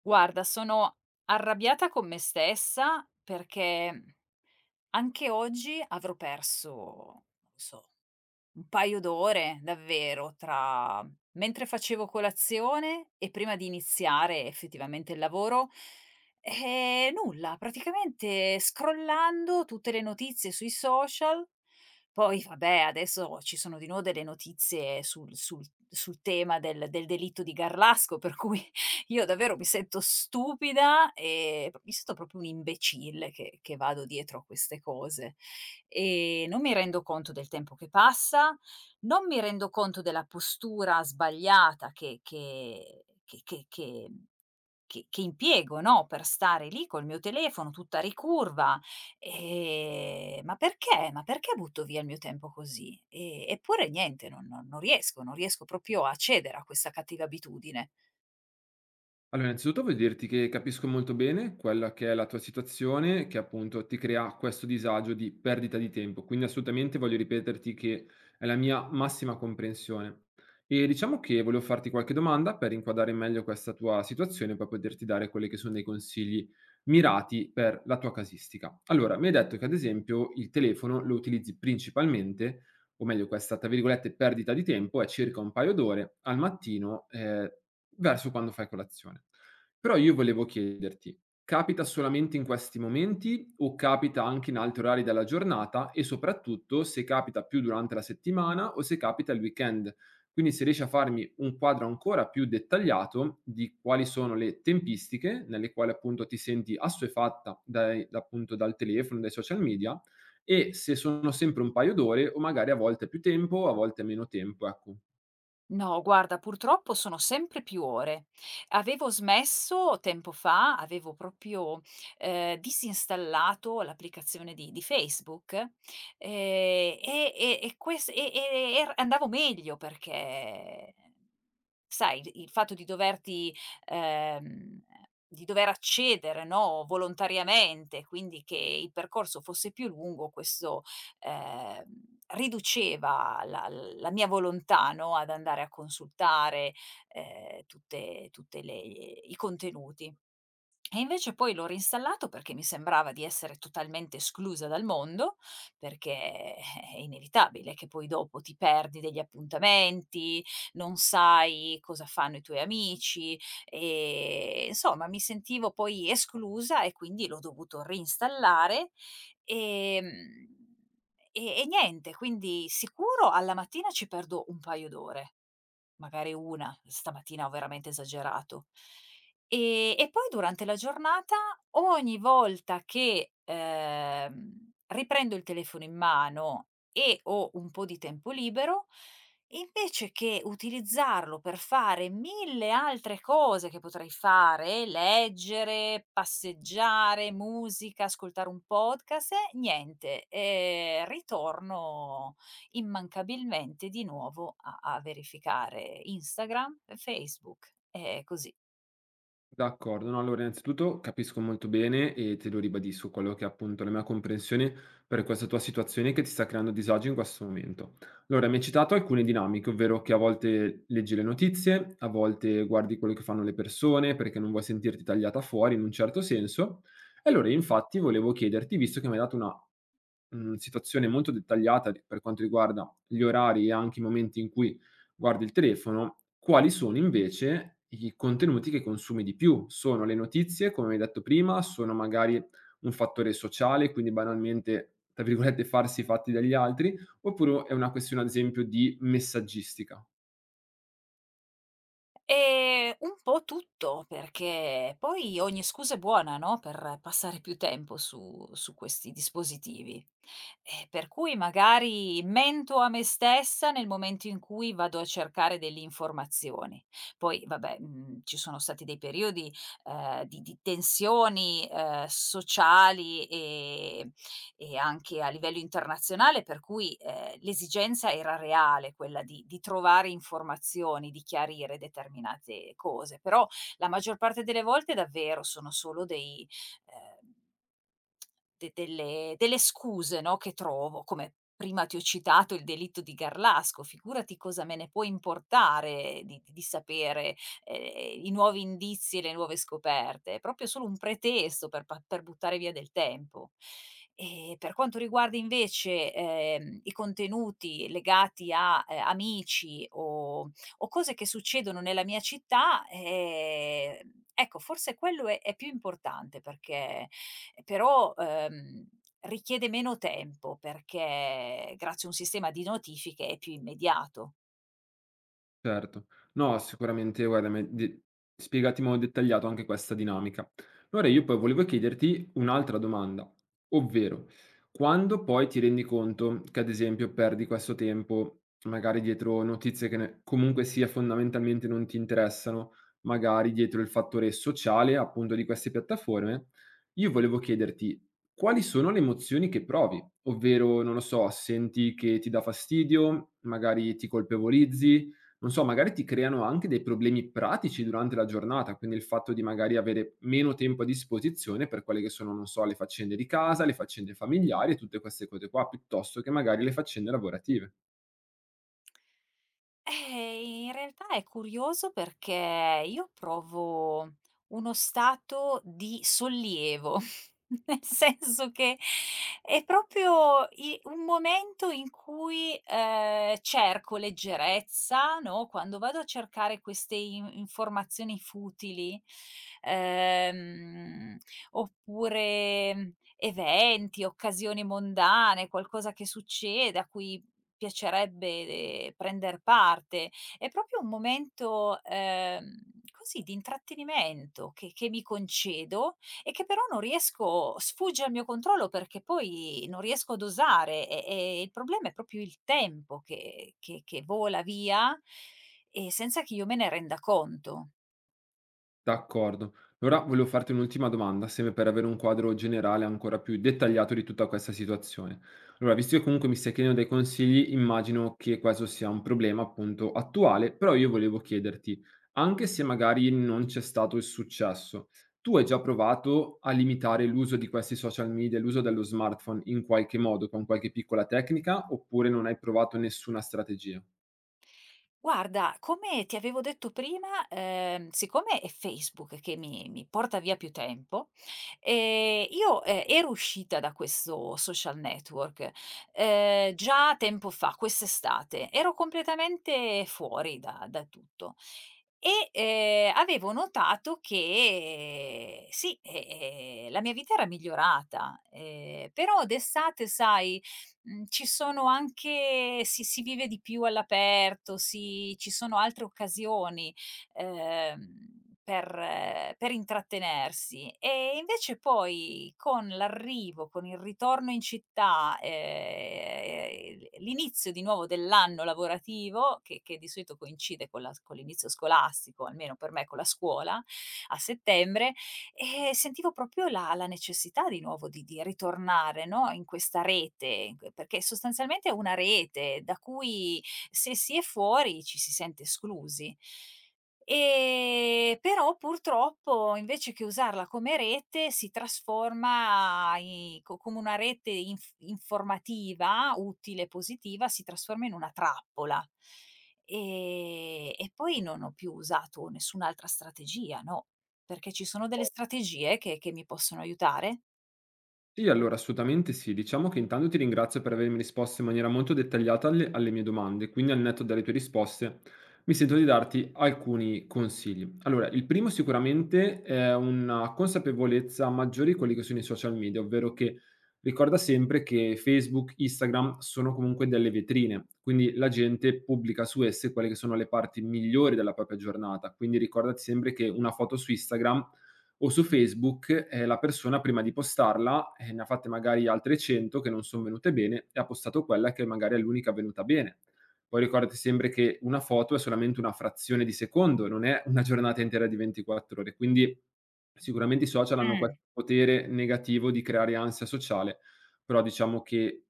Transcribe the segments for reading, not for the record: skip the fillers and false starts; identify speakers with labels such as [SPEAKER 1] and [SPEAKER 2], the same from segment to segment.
[SPEAKER 1] Guarda, sono arrabbiata con me stessa perché anche oggi avrò perso, non lo so, un paio d'ore davvero tra mentre facevo colazione e prima di iniziare effettivamente il lavoro, nulla, praticamente scrollando tutte le notizie sui social. Poi vabbè, adesso ci sono di nuovo delle notizie sul sul tema del delitto di Garlasco, per cui io davvero mi sento stupida e mi sento proprio un imbecille che vado dietro a queste cose. Non mi rendo conto del tempo che passa, non mi rendo conto della postura sbagliata che che impiego, no, per stare lì col mio telefono tutta ricurva. Ma perché? Ma perché butto via il mio tempo così? E eppure niente, non riesco, non riesco proprio a cedere a questa cattiva abitudine.
[SPEAKER 2] Allora, innanzitutto voglio dirti che capisco molto bene quella che è la tua situazione, che appunto ti crea questo disagio di perdita di tempo. Quindi assolutamente voglio ripeterti che è la mia massima comprensione. E diciamo che volevo farti qualche domanda per inquadrare meglio questa tua situazione e poi poterti dare quelli che sono dei consigli mirati per la tua casistica. Allora, mi hai detto che ad esempio il telefono lo utilizzi principalmente, o meglio, questa tra virgolette perdita di tempo è circa un paio d'ore al mattino. Verso quando fai colazione. Però io volevo chiederti: capita solamente in questi momenti o capita anche in altri orari della giornata? E soprattutto se capita più durante la settimana o se capita il weekend? Quindi se riesci a farmi un quadro ancora più dettagliato di quali sono le tempistiche nelle quali appunto ti senti assuefatta dai da appunto dal telefono, dai social media e se sono sempre un paio d'ore o magari a volte più tempo, a volte meno tempo, ecco.
[SPEAKER 1] No, guarda, purtroppo sono sempre più ore. Avevo smesso tempo fa, avevo proprio, disinstallato l'applicazione di Facebook. E e ques e er andavo meglio perché, sai, il fatto di doverti, ehm, di dover accedere, no, volontariamente, quindi che il percorso fosse più lungo, questo, ehm, riduceva la mia volontà, no, ad andare a consultare, tutte tutte le i contenuti. E invece poi l'ho rinstallato perché mi sembrava di essere totalmente esclusa dal mondo, perché è inevitabile che poi dopo ti perdi degli appuntamenti, non sai cosa fanno i tuoi amici e insomma mi sentivo poi esclusa e quindi l'ho dovuto reinstallare. Ehm, e niente, quindi sicuro alla mattina ci perdo un paio d'ore, magari una. Stamattina ho veramente esagerato. E poi durante la giornata, ogni volta che, riprendo il telefono in mano e ho un po' di tempo libero, invece che utilizzarlo per fare 1000 altre cose che potrei fare, leggere, passeggiare, musica, ascoltare un podcast, niente, ritorno immancabilmente di nuovo a verificare Instagram, Facebook e così.
[SPEAKER 2] D'accordo, no, allora innanzitutto capisco molto bene e te lo ribadisco quello che è appunto la mia comprensione per questa tua situazione che ti sta creando disagio in questo momento. Allora, mi hai citato alcune dinamiche, ovvero che a volte leggi le notizie, a volte guardi quello che fanno le persone perché non vuoi sentirti tagliata fuori in un certo senso. E allora, infatti, volevo chiederti, visto che mi hai dato una situazione molto dettagliata per quanto riguarda gli orari e anche i momenti in cui guardi il telefono, quali sono invece i contenuti che consumi di più. Sono le notizie, come hai detto prima, sono magari un fattore sociale, quindi banalmente, tra virgolette, farsi i fatti dagli altri, oppure è una questione, ad esempio, di messaggistica.
[SPEAKER 1] Un po' tutto, perché poi ogni scusa è buona, no, per passare più tempo su questi dispositivi. Per cui magari mento a me stessa nel momento in cui vado a cercare delle informazioni. Poi vabbè, mhmm, ci sono stati dei periodi, di tensioni, sociali e anche a livello internazionale, per cui, l'esigenza era reale, quella di trovare informazioni, di chiarire determinate cose, però la maggior parte delle volte davvero sono solo dei ehm de delle delle scuse, no, che trovo. Come prima ti ho citato il delitto di Garlasco, figurati cosa me ne può importare di sapere, i nuovi indizi e le nuove scoperte. È proprio solo un pretesto per buttare via del tempo. E per quanto riguarda invece, i contenuti legati a, amici o cose che succedono nella mia città, ecco, forse quello è più importante perché però, richiede meno tempo perché grazie a un sistema di notifiche è più immediato.
[SPEAKER 2] Certo. No, sicuramente guarda, mi hai de spiegati in modo dettagliato anche questa dinamica. Allora io poi volevo chiederti un'altra domanda, ovvero quando poi ti rendi conto che, ad esempio, perdi questo tempo magari dietro notizie che ne comunque sia fondamentalmente non ti interessano, magari dietro il fattore sociale, appunto, di queste piattaforme, io volevo chiederti quali sono le emozioni che provi, ovvero non lo so, senti che ti dà fastidio, magari ti colpevolizzi non so, magari ti creano anche dei problemi pratici durante la giornata, quindi il fatto di magari avere meno tempo a disposizione per quelle che sono, non so, le faccende di casa, le faccende familiari e tutte queste cose qua, piuttosto che magari le faccende lavorative.
[SPEAKER 1] In realtà è curioso perché io provo uno stato di sollievo, nel senso che è proprio i un momento in cui, cerco leggerezza, no, quando vado a cercare queste in informazioni futili, ehm, oppure eventi, occasioni mondane, qualcosa che succede a cui piacerebbe, prender parte. È proprio un momento, così di intrattenimento che mi concedo e che però non riesco, sfugge al mio controllo perché poi non riesco ad osare e il problema è proprio il tempo che vola via e senza che io me ne renda conto.
[SPEAKER 2] D'accordo. Allora volevo farti un'ultima domanda, sempre per avere un quadro generale ancora più dettagliato di tutta questa situazione. Allora, visto che comunque mi stai chiedendo dei consigli, immagino che questo sia un problema appunto attuale, però io volevo chiederti, anche se magari non c'è stato il successo, tu hai già provato a limitare l'uso di questi social media, l'uso dello smartphone in qualche modo, con qualche piccola tecnica, oppure non hai provato nessuna strategia?
[SPEAKER 1] Guarda, come ti avevo detto prima, siccome è Facebook che mi porta via più tempo, io, ero uscita da questo social network, già tempo fa, quest'estate. Ero completamente fuori da tutto e, avevo notato che sì, la mia vita era migliorata, però d'estate, sai, mhmm, ci sono anche, si vive di più all'aperto, ci sono altre occasioni, per intrattenersi. E invece poi con l'arrivo, con il ritorno in città, l'inizio di nuovo dell'anno lavorativo, che di solito coincide con la s con l'inizio scolastico, almeno per me con la scuola, a settembre, e sentivo proprio la necessità di nuovo di ritornare, no, in questa rete, c perché sostanzialmente è una rete da cui, se si è fuori, ci si sente esclusi. Però purtroppo, invece che usarla come rete, si trasforma i co come una rete informativa, utile e positiva, si trasforma in una trappola. E poi non ho più usato nessun'altra strategia, no. Perché ci sono delle strategie che mi possono aiutare?
[SPEAKER 2] Sì, allora assolutamente sì. Diciamo che intanto ti ringrazio per avermi risposto in maniera molto dettagliata alle mie domande, quindi al netto delle tue risposte mi sento di darti alcuni consigli. Allora, il primo sicuramente è una consapevolezza maggiore di quelli che sono i social media, ovvero che ricorda sempre che Facebook, Instagram sono comunque delle vetrine, quindi la gente pubblica su esse quelle che sono le parti migliori della propria giornata, quindi ricordati sempre che una foto su Instagram o su Facebook la persona prima di postarla ne ha fatte magari altre 100 che non sono venute bene e ha postato quella che magari è l'unica venuta bene. Poi ricordati sempre che una foto è solamente una frazione di secondo, non è una giornata intera di 24 ore, quindi sicuramente i social hanno
[SPEAKER 1] Mh.
[SPEAKER 2] questo potere negativo di creare ansia sociale. Però diciamo che,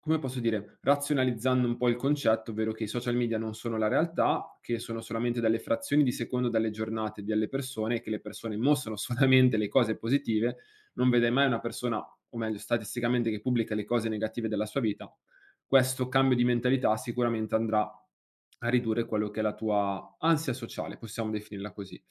[SPEAKER 2] come posso dire, razionalizzando un po' il concetto, ovvero che i social media non sono la realtà, che sono solamente delle frazioni di secondo dalle giornate delle persone e che le persone mostrano solamente le cose positive, non vedrai mai una persona, o meglio, statisticamente, che pubblica le cose negative della sua vita. Questo cambio di mentalità sicuramente andrà a ridurre quello che è la tua ansia sociale, possiamo definirla così.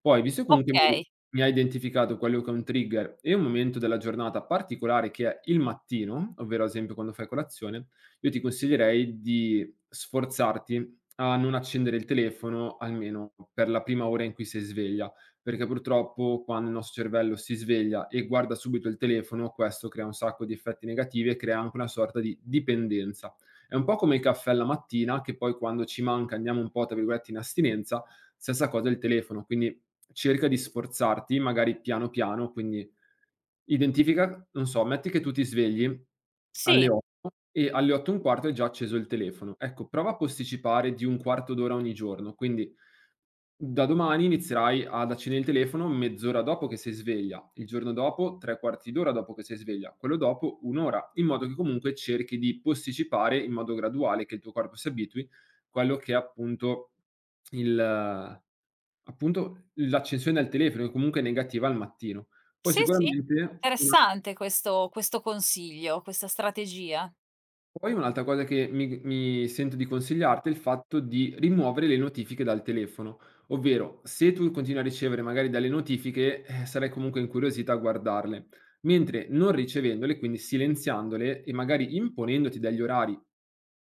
[SPEAKER 2] Poi, visto che comunque mi
[SPEAKER 1] Okay.
[SPEAKER 2] mi ha identificato quello che è un trigger e un momento della giornata particolare che è il mattino, ovvero ad esempio quando fai colazione, io ti consiglierei di sforzarti a non accendere il telefono almeno per la prima ora in cui sei sveglia, perché purtroppo quando il nostro cervello si sveglia e guarda subito il telefono, questo crea un sacco di effetti negativi e crea anche una sorta di dipendenza. È un po' come il caffè alla mattina che poi quando ci manca andiamo un po' tra virgolette in "astinenza", stessa cosa il telefono, quindi cerca di sforzarti, magari piano piano, quindi identifica, non so, metti che tu ti svegli
[SPEAKER 1] sì,
[SPEAKER 2] alle 8 e alle 8 e un quarto è già acceso il telefono. Ecco, prova a posticipare di un quarto d'ora ogni giorno, quindi da domani inizierai ad accendere il telefono mezz'ora dopo che sei sveglia, il giorno dopo 3/4 d'ora dopo che sei sveglia, quello dopo 1 ora, in modo che comunque cerchi di posticipare in modo graduale, che il tuo corpo si abitui, quello che è appunto il appunto l'accensione del telefono, che comunque è negativa al mattino. Poi
[SPEAKER 1] sì,
[SPEAKER 2] sicuramente una.
[SPEAKER 1] interessante questo consiglio, questa strategia.
[SPEAKER 2] Poi un'altra cosa che mi sento di consigliarti è il fatto di rimuovere le notifiche dal telefono, ovvero se tu continui a ricevere magari delle notifiche, sarai comunque incuriosita a guardarle, mentre non ricevendole, quindi silenziandole e magari imponendoti dagli orari,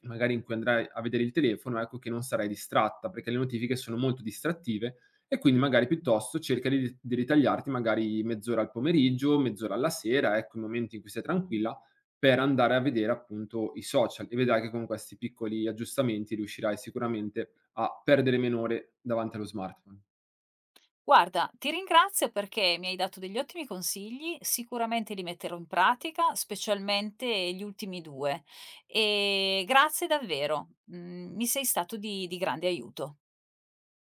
[SPEAKER 2] magari in cui andrai a vedere il telefono, ecco che non sarai distratta, perché le notifiche sono molto distrattive e quindi magari piuttosto cerca di ritagliarti magari mezz'ora al pomeriggio, mezz'ora alla sera, ecco, i momenti in cui sei tranquilla per andare a vedere appunto i social e vedrai che con questi piccoli aggiustamenti riuscirai sicuramente a perdere meno ore davanti allo smartphone.
[SPEAKER 1] Guarda, ti ringrazio perché mi hai dato degli ottimi consigli, sicuramente li metterò in pratica, specialmente gli ultimi 2. E grazie davvero, mhmm, mi sei stato di grande aiuto.